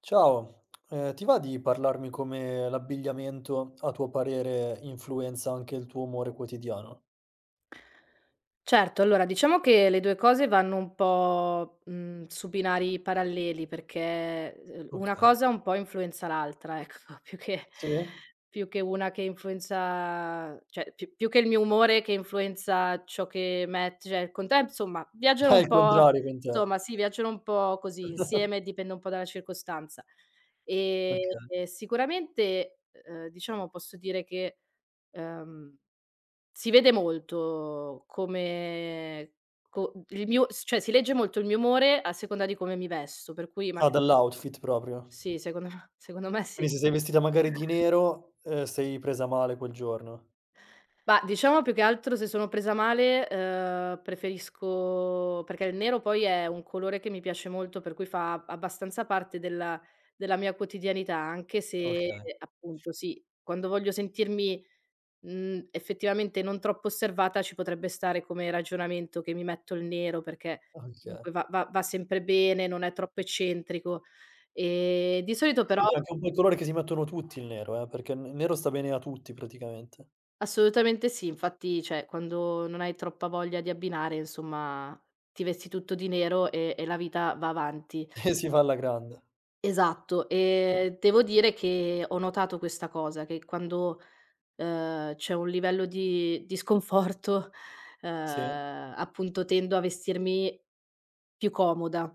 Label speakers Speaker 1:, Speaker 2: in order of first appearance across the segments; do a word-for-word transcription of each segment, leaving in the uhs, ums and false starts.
Speaker 1: Ciao, ehm, ti va di parlarmi come l'abbigliamento, a tuo parere, influenza anche il tuo umore quotidiano?
Speaker 2: Certo, allora diciamo che le due cose vanno un po', mhmm, su binari paralleli perché, uhm, una
Speaker 1: Okay.
Speaker 2: cosa un po' influenza l'altra, ecco, più che
Speaker 1: Sì?
Speaker 2: più che una che influenza cioè più più che il mio umore che influenza ciò che met cioè il conte insomma viaggiano
Speaker 1: Ah,
Speaker 2: un
Speaker 1: il
Speaker 2: po'
Speaker 1: contrario con te.
Speaker 2: insomma sì, viaggiano un po' così insieme, dipende un po' dalla circostanza. Ehm,
Speaker 1: Okay.
Speaker 2: Sicuramente, uhm, diciamo posso dire che, uhm si vede molto come co il mio s cioè si legge molto il mio umore a seconda di come mi vesto, per cui
Speaker 1: Ah,
Speaker 2: magari
Speaker 1: dall'outfit proprio.
Speaker 2: sì, secondo me secondo me sì.
Speaker 1: Quindi se sei vestita magari di nero, ehm, sei presa male quel giorno.
Speaker 2: Mah, diciamo più che altro se sono presa male, uhm, preferisco perché il nero poi è un colore che mi piace molto, per cui fa abbastanza parte della della mia quotidianità, anche se
Speaker 1: Okay,
Speaker 2: appunto sì, quando voglio sentirmi Mhmm, effettivamente non troppo osservata ci potrebbe stare come ragionamento che mi metto il nero perché
Speaker 1: okay.
Speaker 2: comunque va va va sempre bene, non è troppo eccentrico. Ehm, di solito però
Speaker 1: Sì, che è anche un po' il colore che si mettono tutti il nero, eh, perché il nero sta bene a tutti praticamente.
Speaker 2: assolutamente sì, infatti cioè quando non hai troppa voglia di abbinare, insomma, ti vesti tutto di nero e e la vita va avanti.
Speaker 1: E si fa alla grande.
Speaker 2: Esatto, ehm, devo dire che ho notato questa cosa, che quando Ehm, c'è un livello di di sconforto,
Speaker 1: Sì,
Speaker 2: ehm, appunto tendo a vestirmi più comoda.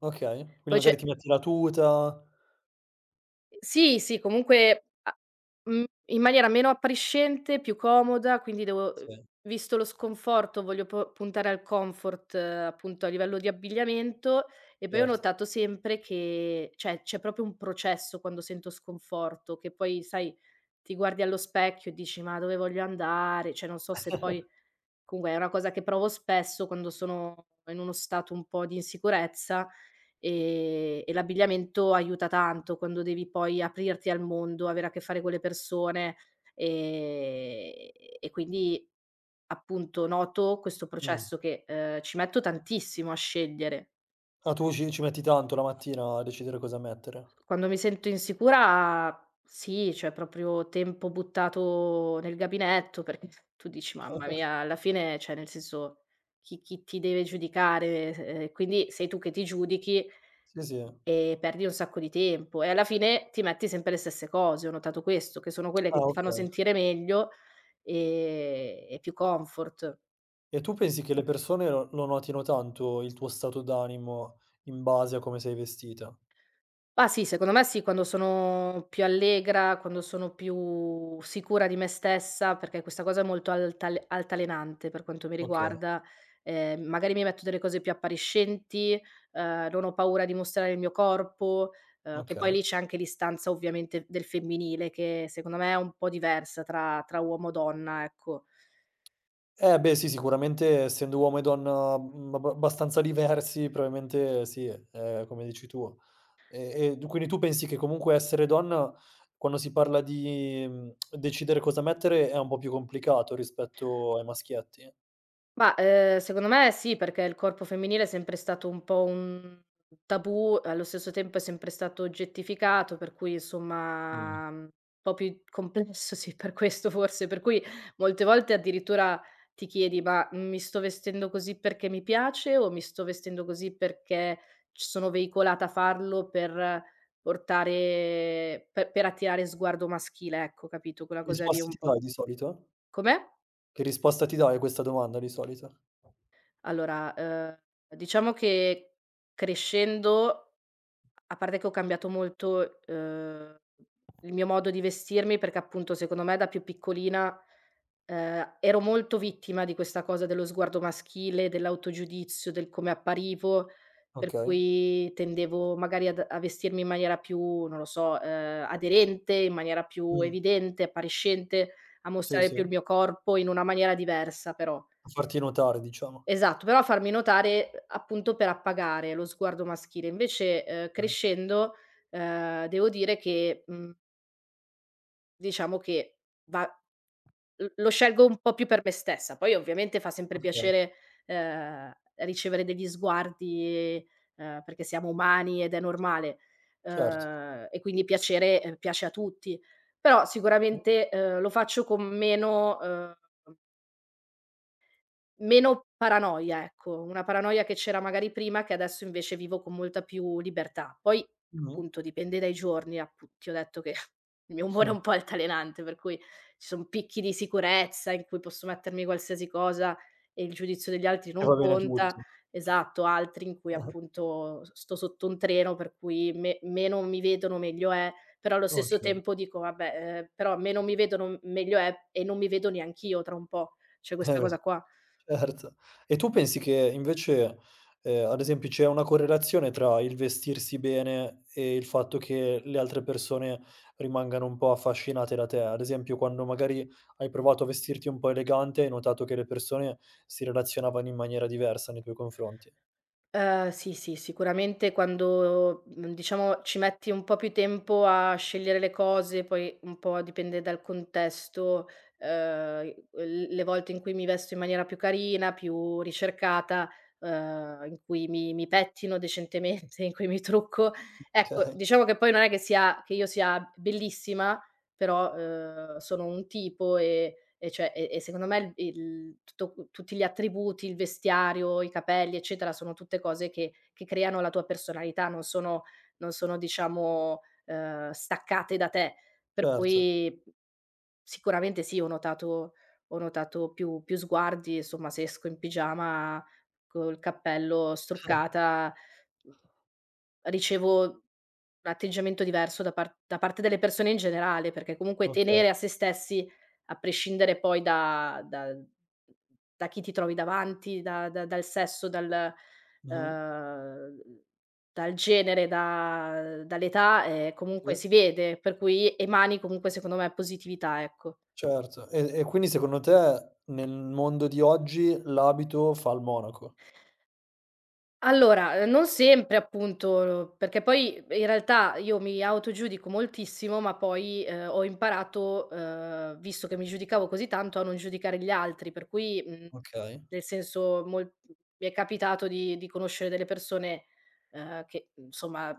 Speaker 1: okay. Quindi
Speaker 2: Poi c'è
Speaker 1: magari ti metti la tuta.
Speaker 2: sì, sì, comunque a mhmm, in maniera meno appariscente, più comoda, quindi devo uhm,
Speaker 1: Sì,
Speaker 2: visto lo sconforto voglio po puntare al comfort, eh, appunto a livello di abbigliamento e poi ho
Speaker 1: certo.
Speaker 2: notato sempre che cioè, c'è proprio un processo quando sento sconforto, che poi sai, ti guardi allo specchio e dici: "Ma dove voglio andare?" Cioè, non so se poi comunque è una cosa che provo spesso quando sono in uno stato un po' di insicurezza, ehm, e l'abbigliamento aiuta tanto quando devi poi aprirti al mondo, avere a che fare con le persone, ehm, e quindi appunto noto questo
Speaker 1: Mh.
Speaker 2: processo che, ehm, ci metto tantissimo a scegliere.
Speaker 1: Ah, tu ci ci metti tanto la mattina a decidere cosa mettere.
Speaker 2: Quando mi sento insicura sì, cioè proprio tempo buttato nel gabinetto, perché tu dici: "Mamma mia", alla fine cioè nel senso chi chi ti deve giudicare? S ehm, Quindi sei tu che ti giudichi
Speaker 1: Sì, sì.
Speaker 2: e perdi un sacco di tempo e alla fine ti metti sempre le stesse cose. Ho notato questo, che sono quelle
Speaker 1: Ah,
Speaker 2: che ti fanno
Speaker 1: okay.
Speaker 2: sentire meglio e e più comfort.
Speaker 1: E tu pensi che le persone lo lo notino tanto il tuo stato d'animo in base a come sei vestita?
Speaker 2: Ah sì, secondo me sì, quando sono più allegra, quando sono più sicura di me stessa, perché questa cosa è molto altale altalenante per quanto mi
Speaker 1: Okay,
Speaker 2: riguarda. Ehm, magari mi metto delle cose più appariscenti, ehm, non ho paura di mostrare il mio corpo, ehm, che poi
Speaker 1: okay.
Speaker 2: lì c'è anche l'istanza ovviamente del femminile che secondo me è un po' diversa tra tra uomo e donna, ecco.
Speaker 1: Eh, beh, sì, sicuramente essendo uomo e donna, mhmm, abba abbastanza diversi, probabilmente sì, è come dici tu. E e d quindi tu pensi che comunque essere donna, quando si parla di, mhmm, decidere cosa mettere, è un po' più complicato rispetto ai maschietti?
Speaker 2: Ma, ehm, secondo me sì, perché il corpo femminile è sempre stato un po' un tabù, allo stesso tempo è sempre stato oggettificato, per cui
Speaker 1: Mh.
Speaker 2: insomma, mhmm, un po' più complesso, sì, per questo forse, per cui molte volte addirittura ti chiedi: "Ma mi sto vestendo così perché mi piace o mi sto vestendo così perché c sono veicolata a farlo per portare pe per attirare sguardo maschile", ecco, capito, quella
Speaker 1: Che
Speaker 2: cosa lì
Speaker 1: risposta
Speaker 2: un
Speaker 1: ti
Speaker 2: po'
Speaker 1: dai di solito?
Speaker 2: come?
Speaker 1: Che risposta ti dai a questa domanda di solito?
Speaker 2: Allora, uhm, diciamo che crescendo, a parte che ho cambiato molto, uhm, il mio modo di vestirmi perché appunto secondo me da più piccolina, ehm, ero molto vittima di questa cosa dello sguardo maschile, dell'autogiudizio, del come apparivo, per
Speaker 1: Okay.
Speaker 2: cui tendevo magari ad a vestirmi in maniera più, non lo so, ehm, aderente, in maniera più
Speaker 1: Mh.
Speaker 2: evidente, appariscente, a
Speaker 1: Sì,
Speaker 2: mostrare
Speaker 1: sì.
Speaker 2: più il mio corpo in una maniera diversa però.
Speaker 1: A farti notare diciamo.
Speaker 2: Esatto, però farmi notare appunto per appagare lo sguardo maschile. Invece, ehm,
Speaker 1: Mh.
Speaker 2: crescendo, ehm, devo dire che, mhmm, diciamo che va l lo scelgo un po' più per me stessa. Poi ovviamente fa sempre
Speaker 1: Okay,
Speaker 2: piacere, ehm, ricevere degli sguardi, ehm, perché siamo umani ed è normale,
Speaker 1: certo.
Speaker 2: ehm, e quindi piacere, ehm, piace a tutti. Però
Speaker 1: Mh.
Speaker 2: sicuramente, ehm, lo faccio con meno, ehm Meno paranoia, ecco, una paranoia che c'era magari prima, che adesso invece vivo con molta più libertà. Poi,
Speaker 1: Mh-mh.
Speaker 2: appunto, dipende dai giorni, appu ti ho detto che il mio umore è
Speaker 1: Mh.
Speaker 2: un po' altalenante, per cui ci son picchi di sicurezza in cui posso mettermi qualsiasi cosa e il giudizio degli altri
Speaker 1: E
Speaker 2: non
Speaker 1: va bene
Speaker 2: conta
Speaker 1: tutto.
Speaker 2: esatto, altri in cui appunto s sto sotto un treno, per cui me meno mi vedono meglio è, però allo stesso
Speaker 1: Okay.
Speaker 2: tempo dico: "Vabbè, ehm, però meno mi vedono meglio è e non mi vedo neanch'io tra un po'." C'è
Speaker 1: Eh
Speaker 2: questa
Speaker 1: beh.
Speaker 2: cosa qua.
Speaker 1: Certo. E tu pensi che invece, ehm, ad esempio c'è una correlazione tra il vestirsi bene e il fatto che le altre persone rimangano un po' affascinate da te? Ad esempio quando magari hai provato a vestirti un po' elegante, hai notato che le persone si relazionavano in maniera diversa nei tuoi confronti?
Speaker 2: Ehm, sì, sì, sicuramente quando, mhmm, diciamo ci metti un po' più tempo a scegliere le cose, poi un po' dipende dal contesto, ehm, l le volte in cui mi vesto in maniera più carina, più ricercata, ehm, in cui mi mi pettino decentemente, in cui mi trucco. Ecco,
Speaker 1: Okay,
Speaker 2: diciamo che poi non è che sia che io sia bellissima, però, ehm, sono un tipo e e cioè e e secondo me il il tutto tutti gli attributi, il vestiario, i capelli, eccetera, sono tutte cose che che creano la tua personalità, non sono non sono diciamo, ehm, staccate da te. Per
Speaker 1: certo,
Speaker 2: cui sicuramente sì, ho notato ho notato più più sguardi, insomma, se esco in pigiama col cappello struccata, ricevo un atteggiamento diverso da par da parte delle persone in generale, perché comunque
Speaker 1: okay.
Speaker 2: tenere a se stessi, a prescindere poi da da da chi ti trovi davanti, da da dal sesso, dal
Speaker 1: Mh-mh.
Speaker 2: uhm, dal genere, da dall'età, ehm,
Speaker 1: Sì,
Speaker 2: comunque si vede, per cui emani comunque secondo me positività, ecco.
Speaker 1: certo. E e quindi secondo te nel mondo di oggi l'abito fa il monaco?
Speaker 2: Allora, ehm, non sempre appunto, perché poi in realtà io mi autogiudico moltissimo, ma poi, ehm, ho imparato, ehm, visto che mi giudicavo così tanto, a non giudicare gli altri, per cui, mhmm,
Speaker 1: Okay.
Speaker 2: nel senso mol mi è capitato di di conoscere delle persone, ehm, che insomma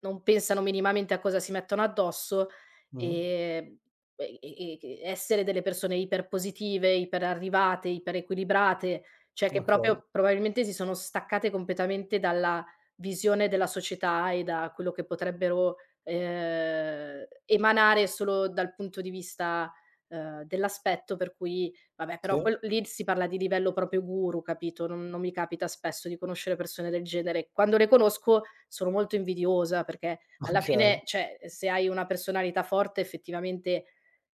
Speaker 2: non pensano minimamente a cosa si mettono addosso,
Speaker 1: Mh.
Speaker 2: ehm, e e e essere delle persone iperpositive, iperarrivate, iperequilibrate cioè che
Speaker 1: Okay.
Speaker 2: proprio probabilmente si sono staccate completamente dalla visione della società e da quello che potrebbero, ehm, emanare solo dal punto di vista, ehm, dell'aspetto per cui vabbè però
Speaker 1: Sì.
Speaker 2: quel lì si parla di livello proprio guru, capito, non non mi capita spesso di conoscere persone del genere. Quando le conosco sono molto invidiosa perché alla
Speaker 1: Okay.
Speaker 2: fine, cioè, se hai una personalità forte effettivamente,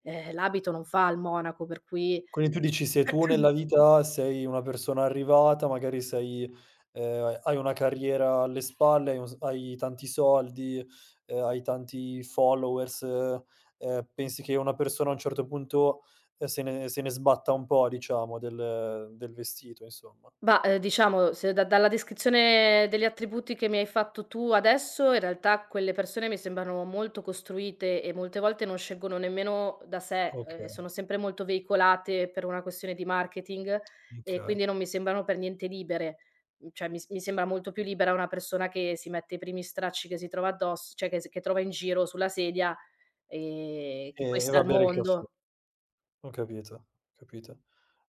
Speaker 2: ehm, l'abito non fa il monaco, per cui
Speaker 1: Quindi tu dici se tu nella vita sei una persona arrivata, magari sei ehm, hai una carriera alle spalle, hai un s hai tanti soldi, ehm, hai tanti followers, ehm, pensi che una persona a un certo punto, ehm, se ne se ne sbatta un po' diciamo del del vestito, insomma.
Speaker 2: mah, ehm, diciamo se da dalla descrizione degli attributi che mi hai fatto tu adesso, in realtà quelle persone mi sembrano molto costruite e molte volte non scelgono nemmeno da sé, ehm,
Speaker 1: Okay,
Speaker 2: sono sempre molto veicolate per una questione di marketing e
Speaker 1: okay.
Speaker 2: quindi non mi sembrano per niente libere. Mhmm, cioè mi s mi sembra molto più libera una persona che si mette i primi stracci che si trova addosso cioè che s che trova in giro sulla sedia, ehm,
Speaker 1: E
Speaker 2: che poi
Speaker 1: e
Speaker 2: sta
Speaker 1: va a
Speaker 2: al
Speaker 1: bere il caffè.
Speaker 2: mondo.
Speaker 1: Ho capito, ho capito.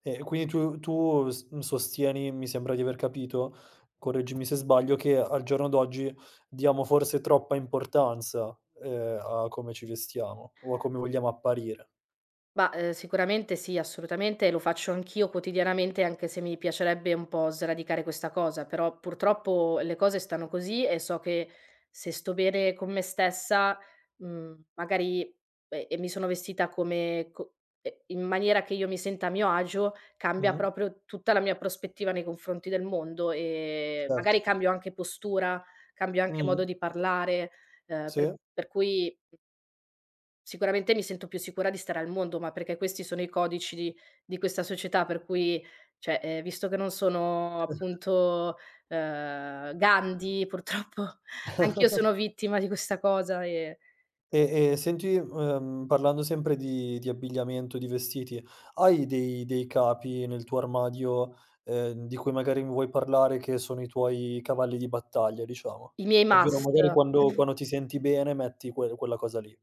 Speaker 1: E quindi tu tu s mhmm, sostieni, mi sembra di aver capito, correggimi se sbaglio, che al giorno d'oggi diamo forse troppa importanza, ehm, a come ci vestiamo o a come vogliamo apparire.
Speaker 2: Bah, ehm, sicuramente sì, assolutamente, lo faccio anch'io quotidianamente, anche se mi piacerebbe un po' sradicare questa cosa, però purtroppo le cose stanno così e so che se sto bene con me stessa, mhmm, magari e e mi sono vestita come co e in maniera che io mi senta a mio agio, cambia
Speaker 1: Mh-mh,
Speaker 2: proprio tutta la mia prospettiva nei confronti del mondo e
Speaker 1: certo.
Speaker 2: magari cambio anche postura, cambio anche
Speaker 1: Mh-mh,
Speaker 2: modo di parlare, ehm,
Speaker 1: sì.
Speaker 2: per per cui sicuramente mi sento più sicura di stare al mondo, ma perché questi sono i codici di di questa società per cui cioè, ehm, visto che non sono appunto, ehm, Gandhi purtroppo anch'io sono vittima di questa cosa e
Speaker 1: E e senti, ehm, parlando sempre di di abbigliamento, di vestiti, hai dei dei capi nel tuo armadio, ehm, di cui magari mi vuoi parlare che sono i tuoi cavalli di battaglia, diciamo?
Speaker 2: i miei
Speaker 1: Ovvero
Speaker 2: must
Speaker 1: magari quando quando ti senti bene metti que quella cosa lì.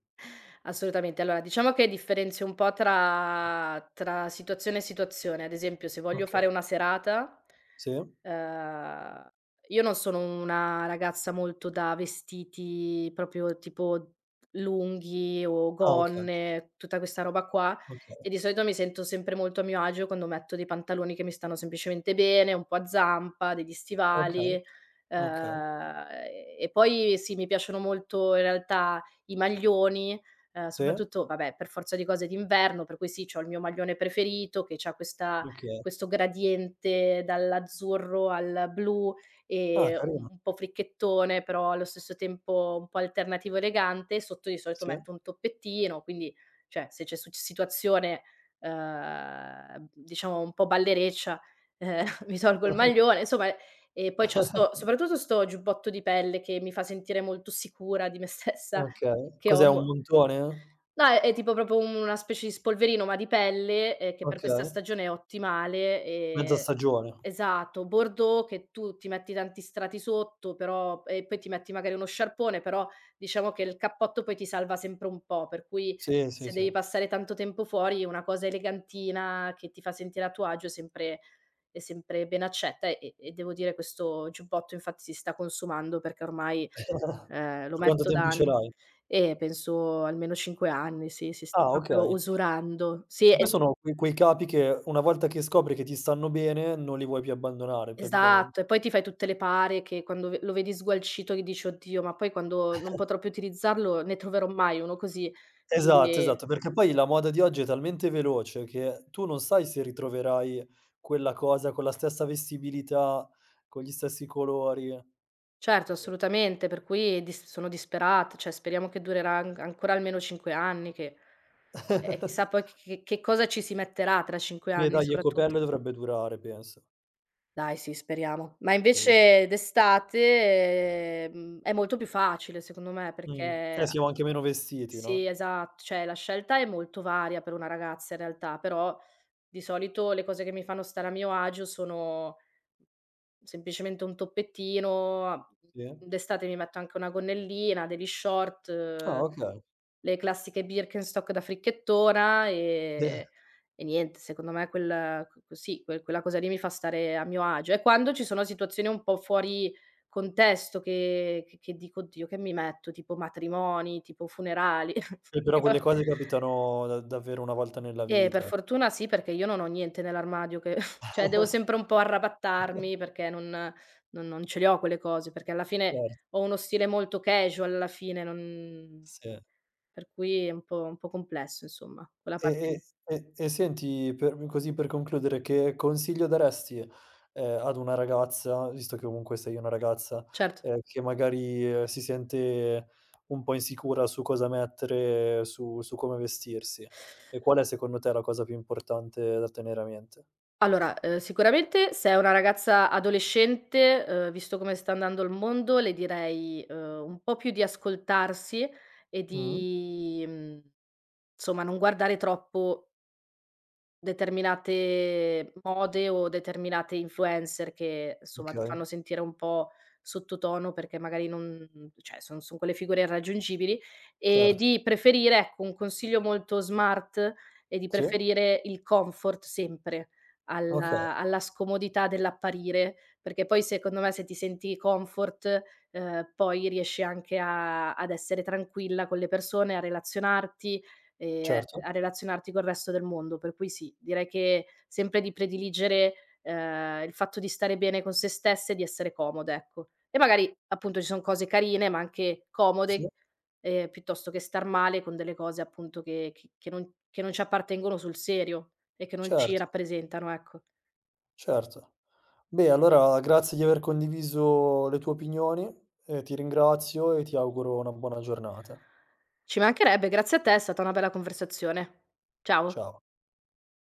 Speaker 2: assolutamente. Allora, diciamo che differenzio un po' tra tra situazione e situazione. Ad esempio, se voglio
Speaker 1: Okay.
Speaker 2: fare una serata
Speaker 1: Sì.
Speaker 2: Ehm, io non sono una ragazza molto da vestiti proprio tipo lunghi o
Speaker 1: Ah, okay,
Speaker 2: gonne, tutta questa roba qua,
Speaker 1: okay,
Speaker 2: e di solito mi sento sempre molto a mio agio quando metto dei pantaloni che mi stanno semplicemente bene, un po' a zampa, degli
Speaker 1: okay,
Speaker 2: stivali,
Speaker 1: okay.
Speaker 2: ehm, e poi sì, mi piacciono molto in realtà i maglioni, ehm,
Speaker 1: Sì,
Speaker 2: soprattutto vabbè per forza di cose d'inverno, per cui sì, c'ho il mio maglione preferito che c'ha questa
Speaker 1: okay.
Speaker 2: questo gradiente dall'azzurro al blu,
Speaker 1: Ah,
Speaker 2: ehm, un
Speaker 1: carino.
Speaker 2: un po' fricchettone, però allo stesso tempo un po' alternativo elegante. Sotto di solito
Speaker 1: Sì.
Speaker 2: metto un toppettino, quindi cioè se c'è suc situazione, uhm, diciamo un po' ballereccia, ehm, mi tolgo il maglione, insomma e poi c'ho sto soprattutto sto giubbotto di pelle che mi fa sentire molto sicura di me stessa,
Speaker 1: Okay.
Speaker 2: che ho
Speaker 1: Cos'è un
Speaker 2: mo
Speaker 1: montone?
Speaker 2: no, è è tipo proprio un una specie di spolverino, ma di pelle, ehm, che per questa
Speaker 1: Okay.
Speaker 2: stagione è ottimale,
Speaker 1: Mezza
Speaker 2: ehm
Speaker 1: stagione.
Speaker 2: esatto, bordeaux che tu ti metti tanti strati sotto, però e poi ti metti magari uno sciarpone, però diciamo che il cappotto poi ti salva sempre un po', per cui
Speaker 1: Sì, sì,
Speaker 2: se
Speaker 1: sì.
Speaker 2: devi passare tanto tempo fuori una cosa elegantina che ti fa sentire a tuo agio è sempre è sempre ben accetta e e devo dire questo giubbotto infatti si sta consumando perché ormai Ehm, lo
Speaker 1: Da quanto
Speaker 2: metto
Speaker 1: tempo
Speaker 2: da
Speaker 1: ce
Speaker 2: anni.
Speaker 1: l'hai?
Speaker 2: Eh, penso almeno 5 anni, sì, sì, sta
Speaker 1: Ah,
Speaker 2: proprio
Speaker 1: okay.
Speaker 2: usurando. Sì,
Speaker 1: Poi
Speaker 2: es
Speaker 1: sono quei quei capi che una volta che scopri che ti stanno bene, non li vuoi più abbandonare praticamen
Speaker 2: esatto, e poi ti fai tutte le pare che quando ve lo vedi sgualcito che dici: "Oddio, ma poi quando non potrò più utilizzarlo ne troverò mai uno così".
Speaker 1: Esatto,
Speaker 2: Quindi
Speaker 1: esatto, perché poi la moda di oggi è talmente veloce che tu non sai se ritroverai quella cosa con la stessa vestibilità, con gli stessi colori.
Speaker 2: certo, assolutamente, per cui dis sono disperata, cioè speriamo che durerà an ancora almeno 5 anni che e
Speaker 1: Ehm
Speaker 2: chissà poi che che cosa ci si metterà tra 5
Speaker 1: Beh
Speaker 2: anni
Speaker 1: dai,
Speaker 2: soprattutto.
Speaker 1: Ecopelle dovrebbe durare penso.
Speaker 2: Dai sì, speriamo. Ma
Speaker 1: Sì.
Speaker 2: invece d'estate, mhmm, è molto più facile secondo me
Speaker 1: Mh. Eh,
Speaker 2: perché a
Speaker 1: siamo anche meno vestiti,
Speaker 2: sì,
Speaker 1: no,
Speaker 2: esatto, cioè la scelta è molto varia per una ragazza in realtà, però di solito le cose che mi fanno stare a mio agio sono semplicemente un toppettino, a
Speaker 1: sì.
Speaker 2: d'estate mi metto anche una gonnellina, degli short
Speaker 1: Ah, okay.
Speaker 2: le classiche Birkenstock da fricchettona,
Speaker 1: Sì.
Speaker 2: ehm, e niente, secondo me quel q sì, que quella cosa lì mi fa stare a mio agio. E quando ci sono situazioni un po' fuori contesto che che che dico: "Oddio, che mi metto?" Tipo matrimoni, tipo funerali,
Speaker 1: Eh, però
Speaker 2: tipo
Speaker 1: quelle cose capitano da davvero una volta nella
Speaker 2: eh, per
Speaker 1: vita.
Speaker 2: fortuna sì, perché io non ho niente nell'armadio che cioè devo sempre un po' arrabattarmi perché non non non ce le ho quelle cose, perché alla fine
Speaker 1: Certo,
Speaker 2: ho uno stile molto casual alla fine, non
Speaker 1: sì.
Speaker 2: per cui è un po' un po' complesso insomma, quella
Speaker 1: E
Speaker 2: parte
Speaker 1: e
Speaker 2: lì.
Speaker 1: e e senti, per così per concludere, che consiglio daresti, ehm, ad una ragazza, visto che comunque sei una ragazza,
Speaker 2: Certo.
Speaker 1: ehm, che magari eh, si sente un po' insicura su cosa mettere, su su come vestirsi? E qual è secondo te la cosa più importante da tenere a mente?
Speaker 2: Allora, uhm, sicuramente se è una ragazza adolescente, uhm, visto come sta andando il mondo, le direi, uhm, un po' più di ascoltarsi e
Speaker 1: Mh,
Speaker 2: di, mhmm, insomma non guardare troppo determinate mode o determinate influencer che, insomma, ti
Speaker 1: okay,
Speaker 2: fanno sentire un po' sottotono perché magari non cioè son son quelle figure irraggiungibili, e
Speaker 1: certo.
Speaker 2: di preferire ecco, un consiglio molto smart è di
Speaker 1: Sì,
Speaker 2: preferire il comfort sempre
Speaker 1: okay,
Speaker 2: alla alla scomodità dell'apparire, perché poi secondo me se ti senti comfort, ehm, poi riesci anche a ad essere tranquilla con le persone, a relazionarti, Ehm,
Speaker 1: certo.
Speaker 2: a relazionarti col resto del mondo. Per cui sì, direi che sempre di prediligere, ehm, il fatto di stare bene con se stesse e di essere comode, ecco. E magari appunto ci son cose carine, ma anche
Speaker 1: Sì,
Speaker 2: comode, ehm, piuttosto che star male con delle cose appunto che che che non che non ci appartengono sul serio e che non ci
Speaker 1: certo,
Speaker 2: rappresentano, ecco.
Speaker 1: certo. Beh, allora grazie di aver condiviso le tue opinioni, e ti ringrazio e ti auguro una buona giornata.
Speaker 2: Ci mancherebbe, grazie a te, è stata una bella conversazione. Ciao.
Speaker 1: Ciao.